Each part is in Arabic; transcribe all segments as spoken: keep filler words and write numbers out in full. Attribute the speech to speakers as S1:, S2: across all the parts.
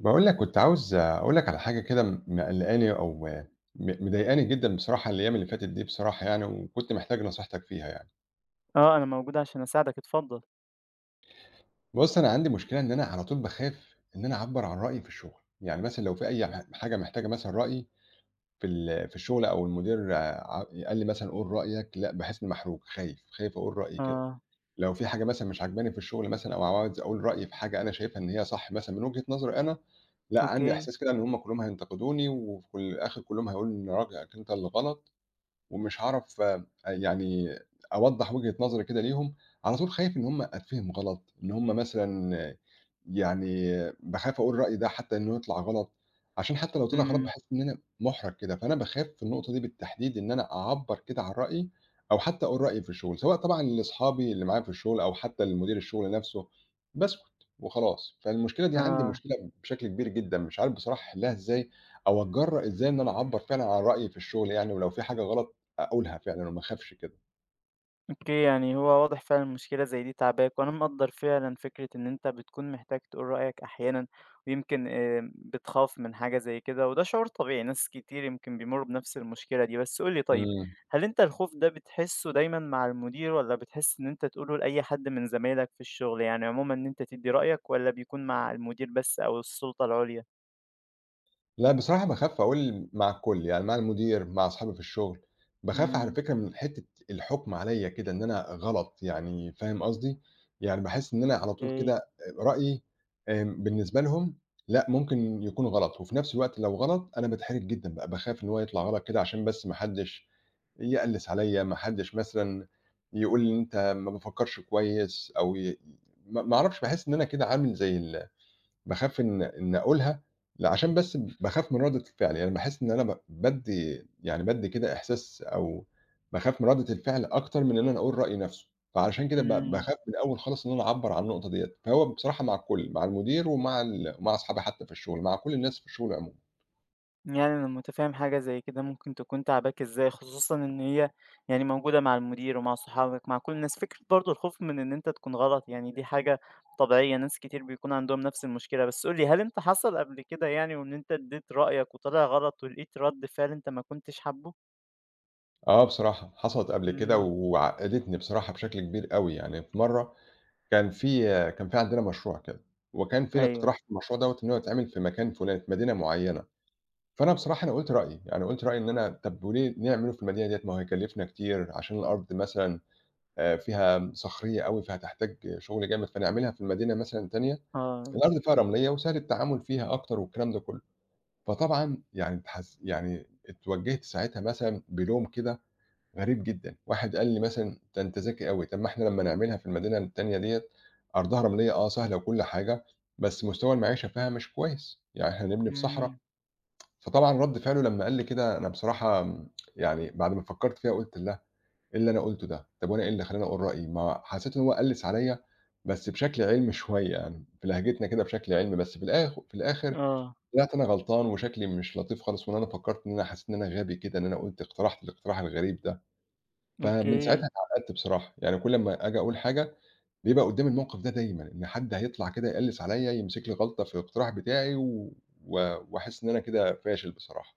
S1: باقول لك كنت عاوز أقول لك على حاجة كده م مقلّقاني أو م مضايقاني جدًا بصراحة الأيام اللي فاتت دي بصراحة يعني، وكنت محتاج نصيحتك فيها يعني.
S2: آه، أنا موجود عشان أساعدك، اتفضل.
S1: بُص، أنا عندي مشكلة إن أنا على طول باخاف إن أنا أعبّر عن رأيي في الشغل، يعني مثلًا لو في أي ح حاجة محتاجة مثلًا رأيي في ال في الشغل أو المدير ع قال لي مثلًا قُل رأيك، لأ باحس إنّي محروق، خايف، خايف أقول رأيي كده.
S2: آه،
S1: لو في حاجة مثلًا مش عاجباني في الشغل مثلًا أو عاوز أقول رأيي في حاجة أنا شايفها إن هي صح مثلًا من وجهة نظري أنا، لأ عندي
S2: أوكي،
S1: إحساس كده إن هُم كلّهم هينتقدوني وفي ال الآخر كلّهم هيقولوا إن راجل أنت اللي غلط، ومش هاعرف يعني أوضّح وجهة نظري كده ليهم، على طول خايف إن هُم أتفهم غلط، إن هُم مثلًا آه، يعني باخاف أقول رأيي ده حتى إنه يطلع غلط، عشان حتى لو طلع غلط
S2: إمم،
S1: باحس إن أنا مُحرج كده، فأنا باخاف في النقطة دي بالتحديد إن أنا أعبّر كده عن رأيي، أو حتى أقول رأيي في الشغل، سواء طبعًا لأصحابي اللي معايا في الشغل أو حتى لمدير الشغل نفسه، باسكت وخلاص. فالمشكلة دي عندي
S2: آه،
S1: مشكلة بشكل كبير جدًا، مش عارف بصراحة أحلها إزاي، أو أتجرأ إزاي إن أنا أعبّر فعلًا عن رأيي في الشغل يعني، ولو في حاجة غلط أقولها فعلًا وما أخافش كده.
S2: أوكي، يعني هو واضح فعلًا مشكلة زي دي تعباك، وأنا مقدّر فعلًا فكرة إن أنت بتكون محتاج تقول رأيك أحيانًا، ويمكن آآ بتخاف من حاجة زي كده، وده شعور طبيعي، ناس كتير يمكن بيمرّوا بنفس المشكلة دي. بس قُل لي طيب،
S1: إمم.
S2: هل أنت الخوف ده بتحسه دايمًا مع المدير، والّا بتحس إن أنت تقوله لأي حد من زمايلك في الشغل؟ يعني عمومًا إن أنت تدّي رأيك، والّا بيكون مع المدير بس أو السلطة العُليا؟
S1: لأ بصراحة باخاف أقول مع الكل، يعني مع المدير، مع أصحابي في الشغل، باخاف على
S2: إمم،
S1: فكرة من حتّة الحُكم عليّا كده إن أنا غلط يعني فاهم قصدي؟ يعني باحس إن أنا على طول كده
S2: أوكي،
S1: آآ رأيي آمم بالنسبة لهم لأ ممكن يكون غلط، وفي نفس الوقت لو غلط أنا باتحرج جدًا بقى، باخاف إن هو يطلع غلط كده عشان بس ما حدّش يقلِّس عليّا، ما حدّش مثلًا يقول لي أنت ما بتفكّرش كويس أو ي ما ما أعرفش باحس إن أنا كده عامل زي ال باخاف إن إن أقولها ل عشان بس باخاف من ردة الفعل، يعني باحس إن أنا ب بادّي يعني بادّي كده إحساس أو باخاف من ردة الفعل أكتر من إن أنا أقول رأيي نَفْسه، فعلشان كده ب
S2: إمم.
S1: باخاف من الأول خالص إن أنا أعبّر عن النقطة ديّة، فهو بصراحة مع الكل، مع المدير ومع ال ومع أصحابي حتى في الشغل، مع كل الناس في الشغل عمومًا.
S2: يعني أنا متفهم حاجة زي كده ممكن تكون تعباك إزاي، خصوصًا إن هي يعني موجودة مع المدير ومع صحابك، مع كل الناس. فكرة برضه الخوف من إن أنت تكون غلط، يعني دي حاجة طبيعية، ناس كتير بيكون عندهم نفس المشكلة. بس قُل لي، هل أنت حصل قبل كده يعني وإن أنت ادّيت رأيك وطلع غلط ولقيت رَد فعل أنت ما كنتش حابُّه؟
S1: آه بصراحة، حصلت قبل كده
S2: إمم،
S1: وعقّدتني بصراحة بشكل كبير أوي، يعني في مرّة كان في كان في عندنا مشروع كده، وكان في
S2: أيوه،
S1: الاقتراح في المشروع دوّة إن هو يتعمل في مكان فُلاني، في مدينة معيّنة، فأنا بصراحة أنا قُلت رأيي، يعني قُلت رأيي إن أنا طَب وليه ليه نعمله في المدينة ديّة؟ ما هو هيكلّفنا كتير عشان الأرض مثلًا آآ فيها صخرية أوي، فهتحتاج شغل جامد، فنعملها في المدينة مثلًا تانية،
S2: آه،
S1: الأرض فيها رملية وسهل التعامل فيها أكتر والكلام ده كُلّه. فطبعًا يعني اتحس يعني اتوجّهت ساعتها مثلًا بلوم كده غريب جدًا، واحد قال لي مثلًا: "ده أنت ذكي أوي، طَب ما إحنا لمّا نعملها في المدينة التانية ديّة أرضها رملية آه سهلة وكل حاجة، بس مستوى المعيشة فيها مش كويس، يعني إحنا هنبني في صحرا
S2: إمم،
S1: فطبعًا رَد فعله لمّا قال لي كده أنا بصراحة آمم، يعني بعد ما فكّرت فيها قُلت الله! إيه اللي أنا قُلته ده؟ طب وأنا إيه اللي خلّاني أقول رأيي؟ ما حسّيت إن هو قَلِّس عليّا بس بشكل علمي شوية يعني، بلهجتنا كده بشكل علمي، بس في الآخ في الآخر
S2: آه،
S1: طلعت أنا غلطان وشكلي مش لطيف خالص وإن أنا فكّرت إن أنا حسّيت إن أنا غبي كده، إن أنا قُلت اقترحت الاقتراح الغريب ده، فمن ساعتها
S2: أوكي.
S1: اتعقّدت بصراحة، يعني كل أمّا آجي أقول حاجة بيبقى قُدّامي الموقف ده دايمًا، إن حد هيطلع كده يقلِّس عليّا، يمسك لي غلطة في الاقتراح بتاعي و و واحس إن أنا كده فاشل بصراحة.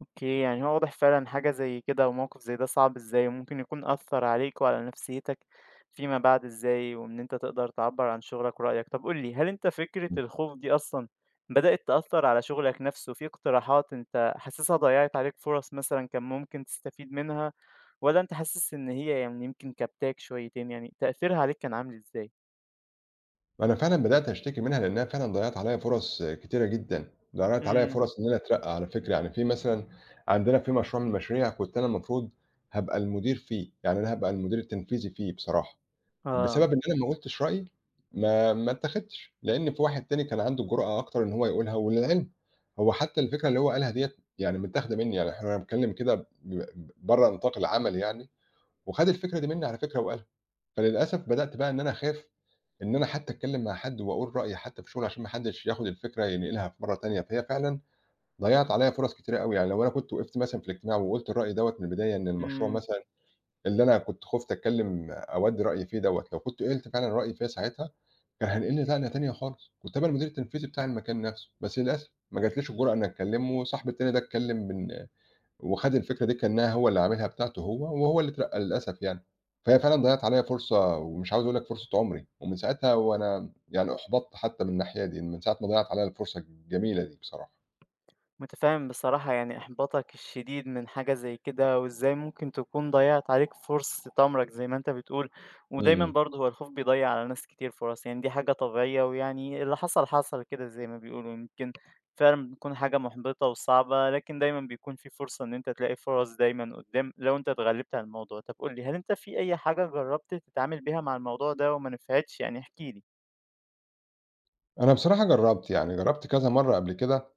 S2: أوكي، يعني هو واضح فعلًا حاجة زي كده وموقف زي ده صعب إزاي، وممكن يكون أثّر عليك وعلى نفسيتك فيما بعد إزاي، وإن أنت تقدر تعبّر عن شغلك ورأيك. طب قُل لي، هل أنت فكرة الخوف دي أصلًا بدأت تأثّر على شغلك نفسه، في اقتراحات أنت حاسسها ضيّعت عليك فرص مثلًا كان ممكن تستفيد منها، والّا أنت حاسس إن هي يعني يمكن كبتاك شويتين، يعني تأثيرها عليك كان عامل إزاي؟
S1: أنا فعلًا بدأت أشتكي منها لإنها فعلًا ضيّعت عليّا فرص كتيرة جدًا، ضيّعت عليّا
S2: إمم،
S1: فرص إن أنا أترقّى على فكرة، يعني في مثلًا عندنا في مشروع من المشاريع كنت أنا المفروض هابقى المدير فيه، يعني أنا هابقى المدير التنفيذي فيه بصراحة،
S2: آه،
S1: بسبب إن أنا ما قُلتش رأيي ما ما اتّاخدتش، لإن في واحد تاني كان عنده الجرأة أكتر إن هو يقولها، وللعلم هو حتى الفكرة اللي هو قالها ديّة يعني متّاخدة منّي، يعني إحنا بنتكلم كده ب ب برّه نطاق العمل يعني، وخَد الفكرة دي منّي على فكرة وقالها، فللأسف بدأت بقى إن أنا أخاف إن أنا حتى أتكلّم مع حد وأقول رأيي حتى في شغلي عشان ما حدّش ياخُد الفكرة ينقلها في مرّة تانية، فهي فعلًا ضيّعت عليّا فرص كتيرة أوي، يعني لو أنا كنت وقفت مثلًا في الاجتماع وقُلت الرأي دوّة من البداية إن المشروع
S2: إمم.
S1: مثلًا اللي أنا كنت خُفت أتكلّم أودّي رأيي فيه دوّة، لو كنت قِلت فعلًا رأيي فيه ساعتها، كان هينقلني نقلة تانية خالص، كنت هابقى المدير التنفيذي بتاع المكان نَفْسه، بس للأسف ما جاتليش الجرأة إنّي أتكلّم وصاحبي التاني ده اتكلّم من وخَد الفكرة دي كأنها هو اللي عاملها بتاعته هو، وهو اللي اترقّى للأسف يعني. فهي فعلًا ضيّعت عليّا فرصة ومش عاوز أقول لك فرصة عُمري، ومن ساعتها وأنا يعني أُحبطت حتى من الناحية دي، من ساعة ما ضيّعت عليّا الفرصة الجميلة دي بصراحة.
S2: متفاهم بصراحة يعني إحباطك الشديد من حاجة زي كده وإزاي ممكن تكون ضيعت عليك فرصة عمرك زي ما أنت بتقول، ودايما
S1: إمم.
S2: برضه هو الخوف بيضيع على ناس كتير فرص، يعني دي حاجة طبيعية ويعني اللي حصل حصل كده زي ما بيقولوا. يمكن فعلا بتكون حاجة محبطة وصعبة، لكن دايما بيكون في فرصة إن أنت تلاقي فرص دايما قدام لو أنت اتغلبت على الموضوع. طب قولي، هل أنت في أي حاجة جربت تتعامل بيها مع الموضوع ده وما نفعتش؟ يعني احكيلي.
S1: أنا بصراحة جرّبت، يعني جرّبت كذا مرّة قبل كده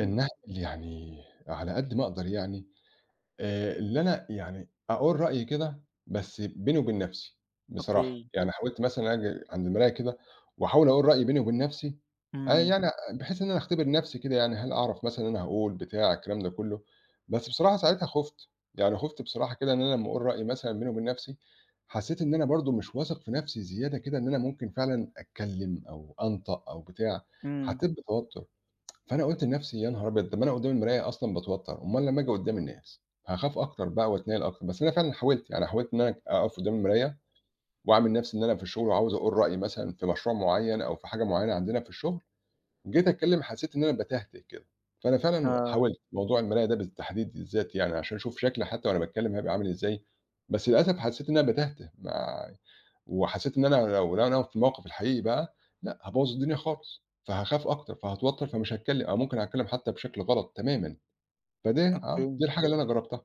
S1: إن أعمل يعني على قد ما أقدر يعني آآ، اللي أنا يعني أقول رأيي كده، بس بيني وبين نَفْسي بصراحة،
S2: أوكي،
S1: يعني إمم. حاولت مثلًا آجي عند المراية كده وأحاول أقول رأيي بيني وبين نَفْسي، آآ،
S2: امم،
S1: يعني بحيث إن أنا أختبر نَفْسي كده يعني هل أعرف مثلًا أنا هاقول بتاع الكلام ده كُلّه، بس بصراحة ساعتها خُفت، يعني خُفت بصراحة كده إن أنا لمّا أقول رأيي مثلًا بيني وبين نَفْسي، حسّيت إن أنا برضه مش واثق في نَفْسي زيادة كده إن أنا ممكن فعلًا أتكلّم أو أنطق أو بتاع،
S2: امم،
S1: حسّيت بتوتُّر. فأنا قُلت لنفسي يا نهار أبيض! طب ما أنا قدّام المراية أصلًا باتوتّر، أُمّال لمّا آجي قدّام الناس، هاخاف أكتر بقى وأتنِّل أكتر، بس أنا فعلًا حاولت، يعني حاولت إن أنا أقف قدّام المراية وأعمل نفسي إن أنا في الشغل وعاوز أقول رأيي مثلًا في مشروع معيّن أو في حاجة معيّنة عندنا في الشغل، جيت أتكلّم حسّيت إن أنا باتهته كده، فأنا فعلًا
S2: آه،
S1: حاولت، موضوع المراية ده بالتحديد بالذات يعني عشان أشوف شكلي حتى وأنا باتكلّم هيبقى عامل إزاي، بس للأسف حسّيت إن أنا باتهته مع وحسيت إن أنا لو لو أنا في الموقف الحقيقي بقى، لأ هابوّظ الدنيا خالص، فهاخاف أكتر، فهاتوتّر، فمش هاتكلّم أو ممكن أتكلّم حتى بشكل غلط تمامًا، فدي آه،
S2: أوكي.
S1: دي الحاجة اللي أنا جرّبتها.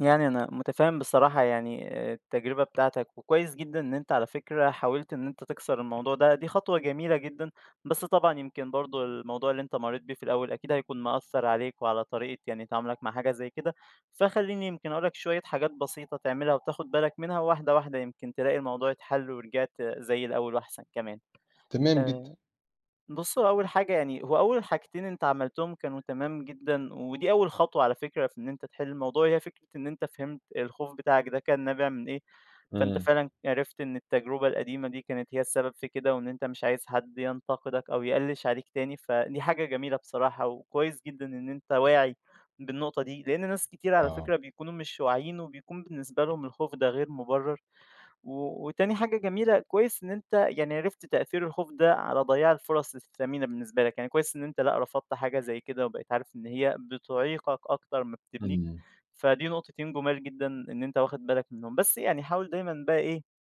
S2: يعني أنا متفهم بصراحة يعني التجربة بتاعتك، وكويس جدًا إن أنت على فكرة حاولت إن أنت تكسر الموضوع ده، دي خطوة جميلة جدًا، بس طبعًا يمكن برضه الموضوع اللي أنت مريت بيه في الأول أكيد هيكون مأثّر عليك وعلى طريقة يعني تعاملك مع حاجة زي كده، فخلّيني يمكن أقول لك شوية حاجات بسيطة تعملها وتاخد بالك منها واحدة واحدة يمكن تلاقي الموضوع اتحل ورجعت زي الأول وأحسن كمان.
S1: تمام جدًا.
S2: آآ بُص، هو أول حاجة يعني هو أول حاجتين أنت عملتهم كانوا تمام جدًا، ودي أول خطوة على فكرة في إن أنت تحل الموضوع، هي فكرة إن أنت فهمت الخوف بتاعك ده كان نابع من إيه، فأنت
S1: إمم.
S2: فعلًا عرفت إن التجربة القديمة دي كانت هي السبب في كده، وإن أنت مش عايز حد ينتقدك أو يقلِّش عليك تاني، فدي حاجة جميلة بصراحة، وكويس جدًا إن أنت واعي بالنقطة دي، لإن ناس كتير على
S1: آه.
S2: فكرة بيكونوا مش واعيين، وبيكون بالنسبة لهم الخوف ده غير مبرر. و وتاني حاجة جميلة، كويس إن أنت يعني عرفت تأثير الخوف ده على ضياع الفرص الثمينة بالنسبة لك، يعني كويس إن أنت لأ، رفضت حاجة زي كده وبقيت عارف إن هي بتعيقك أكتر ما بتبنيك،
S1: إمم.
S2: فدي نقطتين جمال جدًا إن أنت واخد بالك منهم، بس يعني حاول دايمًا بقى إيه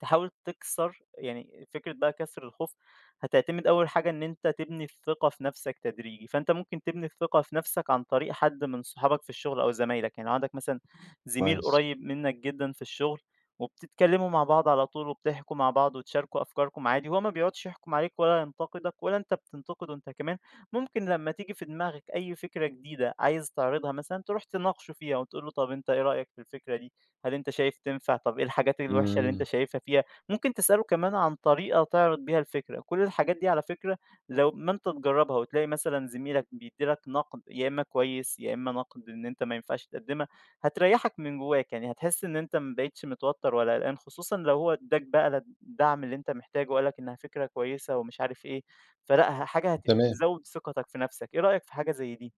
S2: تحاول تكسر يعني فكرة بقى كسر الخوف. هتعتمد أول حاجة إن أنت تبني الثقة في نفسك تدريجي، فأنت ممكن تبني الثقة في نفسك عن طريق حد من صحابك في الشغل أو زمايلك، يعني لو عندك مثلا زميل
S1: كويس.
S2: قريب منك جدا في الشغل وبتتكلموا مع بعض على طول وبتحكوا مع بعض وتشاركوا أفكاركم عادي، هو ما بيقعدش يحكم عليك ولا ينتقدك ولا أنت بتنتقده. أنت كمان ممكن لما تيجي في دماغك أي فكرة جديدة عايز تعرضها مثلا تروح تناقشه فيها وتقول له طب أنت إيه رأيك في الفكرة دي؟ هل أنت شايف تنفع؟ طب إيه الحاجات الوحشة اللي أنت
S1: إمم.
S2: شايفها فيها؟ ممكن تسأله كمان عن طريقة تعرض بيها الفكرة، كل الحاجات دي على فكرة لو ما أنت تجربها وتلاقي مثلًا زميلك بيدّي لك نقد يا إما كويس، يا إما نقد إن أنت ما ينفعش تقدمها، هتريحك من جواك، يعني هتحس إن أنت ما بقيتش متوتر ولا قلقان، خصوصًا لو هو ادّاك بقى الدعم اللي أنت محتاجه وقال لك إنها فكرة كويسة ومش عارف إيه، فلأ ه حاجة
S1: تمام.
S2: هتزود ثقتك في نفسك، إيه رأيك في حاجة زي دي؟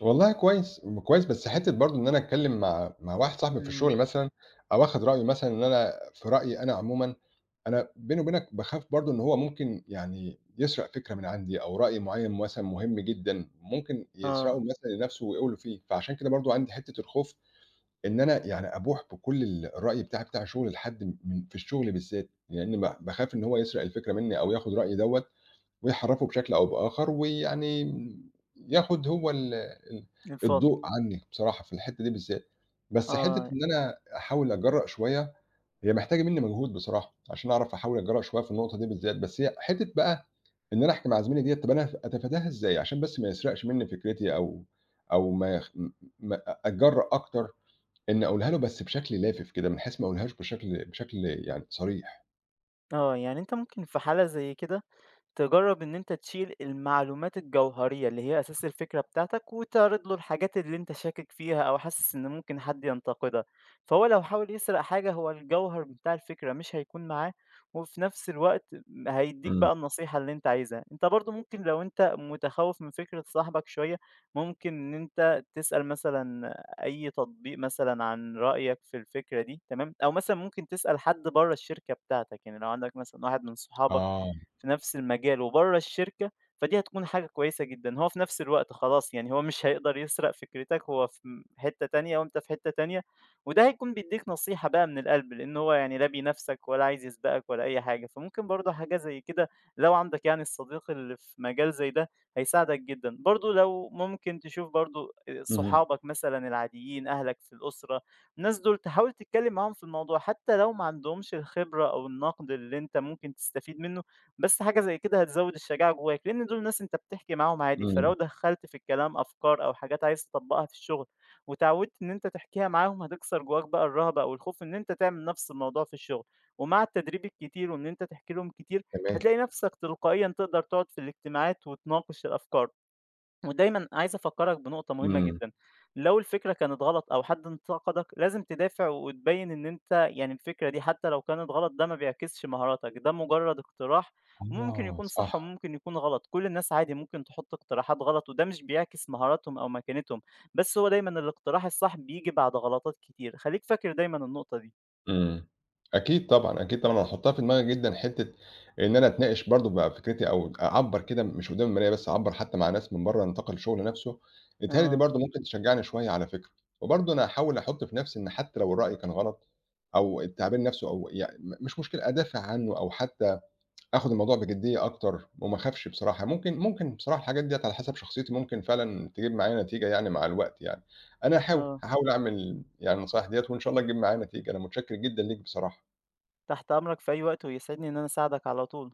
S1: والله كويس، م كويس، بس حتّة برضه إن أنا أتكلّم مع مع واحد صاحبي في الشغل
S2: إمم،
S1: مثلًا أو آخُد رأيه مثلًا إن أنا في رأيي أنا عمومًا أنا بيني وبينك باخاف برضه إن هو ممكن يعني يسرق فكرة من عندي أو رأي معيّن مثلًا مهم جدًا، ممكن يسرقه
S2: آه،
S1: مثلًا لنفسه ويقوله فيه، فعشان كده برضه عندي حتّة الخوف إن أنا يعني أبوح بكل ال الرأي بتاعي بتاع الشغل لحد من في الشغل بالذات، لإن ب باخاف إن هو يسرق الفكرة منّي أو ياخد رأيي دوّة ويحرّفه بشكل أو بآخر، ويعني ياخد هو ال ال
S2: الفضل،
S1: الضوء عني بصراحة في الحتّة دي بالذات، بس حتّة
S2: آه.
S1: إن أنا أحاول أتجرأ شوية هي محتاجة منّي مجهود بصراحة، عشان أعرف أحاول أتجرأ شوية في النقطة دي بالذات، بس هي حتّة بقى إن أنا أحكي مع زميلي ديّة طَب أنا هت أتفاداها إزاي عشان بس ما يسرقش منّي فكرتي أو أو ما يخ م م أتجرأ أكتر إنّي أقولها له بس بشكل لافف كده، من حيث ما أقولهاش بشكل بشكل يعني صريح.
S2: آه، يعني أنت ممكن في حالة زي كده تجرّب إن أنت تشيل المعلومات الجوهرية اللي هي أساس الفكرة بتاعتك، وتعرض له الحاجات اللي أنت شاكك فيها أو حاسس إن ممكن حد ينتقدها، فهو لو حاول يسرق حاجة هو الجوهر بتاع الفكرة مش هيكون معاه، وفي نفس الوقت م هيدّيك
S1: إمم.
S2: بقى النصيحة اللي أنت عايزها. أنت برضه ممكن لو أنت متخوّف من فكرة صاحبك شوية، ممكن إن أنت تسأل مثلًا أي تطبيق مثلًا عن رأيك في الفكرة دي تمام، أو مثلًا ممكن تسأل حد برّه الشركة بتاعتك، يعني لو عندك مثلًا واحد من صحابك
S1: آه.
S2: في نفس المجال وبره الشركة، فدي هتكون حاجة كويسة جدًا. هو في نفس الوقت خلاص يعني هو مش هيقدر يسرق فكرتك، هو في م حتة تانية وأنت في حتة تانية، وده هيكون بيدّيك نصيحة بقى من القلب، لإن هو يعني لا بينافسك ولا عايز يسبقك ولا أي حاجة. فممكن برضه حاجة زي كده لو عندك يعني الصديق اللي في مجال زي ده هيساعدك جدًا. برضه لو ممكن تشوف برضه آآ
S1: اهم.
S2: صحابك مثلًا العاديين، أهلك في الأسرة، الناس دول تحاول تتكلم معاهم في الموضوع، حتى لو ما عندهمش الخبرة أو النقد اللي أنت ممكن تستفيد منه. بس حاجة زي كده هتزود الشجاعة جواك، لإن دول ناس أنت بتحكي معاهم عادي، فلو
S1: إمم.
S2: دخّلت في الكلام أفكار أو حاجات عايز تطبّقها في الشغل، واتعودت إن أنت تحكيها معاهم، هتكسر جواك بقى الرهبة أو الخوف إن أنت تعمل نفس الموضوع في الشغل، ومع التدريب الكتير وإن أنت تحكي لهم كتير،
S1: تمام.
S2: هتلاقي نفسك تلقائيًا تقدر تقعد في الاجتماعات وتناقش الأفكار. ودايمًا عايز أفكّرك بنقطة مهمة
S1: إمم.
S2: جدًا، لو الفكرة كانت غلط أو حد انتقدك لازم تدافع وتبيّن إن أنت يعني الفكرة دي حتى لو كانت غلط ده ما بيعكسش مهاراتك، ده مجرّد اقتراح وممكن
S1: آه،
S2: يكون
S1: صح.
S2: صح وممكن يكون غلط، كل الناس عادي ممكن تحُط اقتراحات غلط وده مش بيعكس مهاراتهم أو مكانتهم، بس هو دايمًا الاقتراح الصح بييجي بعد غلطات كتير، خلّيك فاكر دايمًا النقطة دي.
S1: إمم. أكيد طبعًا، أكيد طبعًا، أنا هاحطها في دماغي جدًا حتّة إن أنا أتناقش برضه بفكرتي أو أعبّر كده مش قدّام المراية بس، أعبّر حتّى مع ناس من برّه نطاق الشغل نَفْسه، بيتهيأ لي دي
S2: آه،
S1: برضه ممكن تشجّعني شوية على فكرة. وبرضه أنا هاحاول أحُط في نَفْسي إن حتّى لو الرأي كان غلط أو التعبير نَفْسه أو يع م مش مشكلة أدافع عنّه أو حتّى آخد الموضوع بجدية أكتر وما أخافش بصراحة، ممكن ممكن بصراحة الحاجات ديّة على حسب شخصيتي ممكن فعلًا تجيب معايا نتيجة يعني مع الوقت يعني، أنا هاحاول،
S2: آه،
S1: هاحاول أعمل يعني النصايح ديّة وإن شاء الله تجيب معايا نتيجة، أنا متشكر جدًا ليك بصراحة.
S2: تحت أمرك في أي وقت ويسعدني إن أنا أساعدك على طول.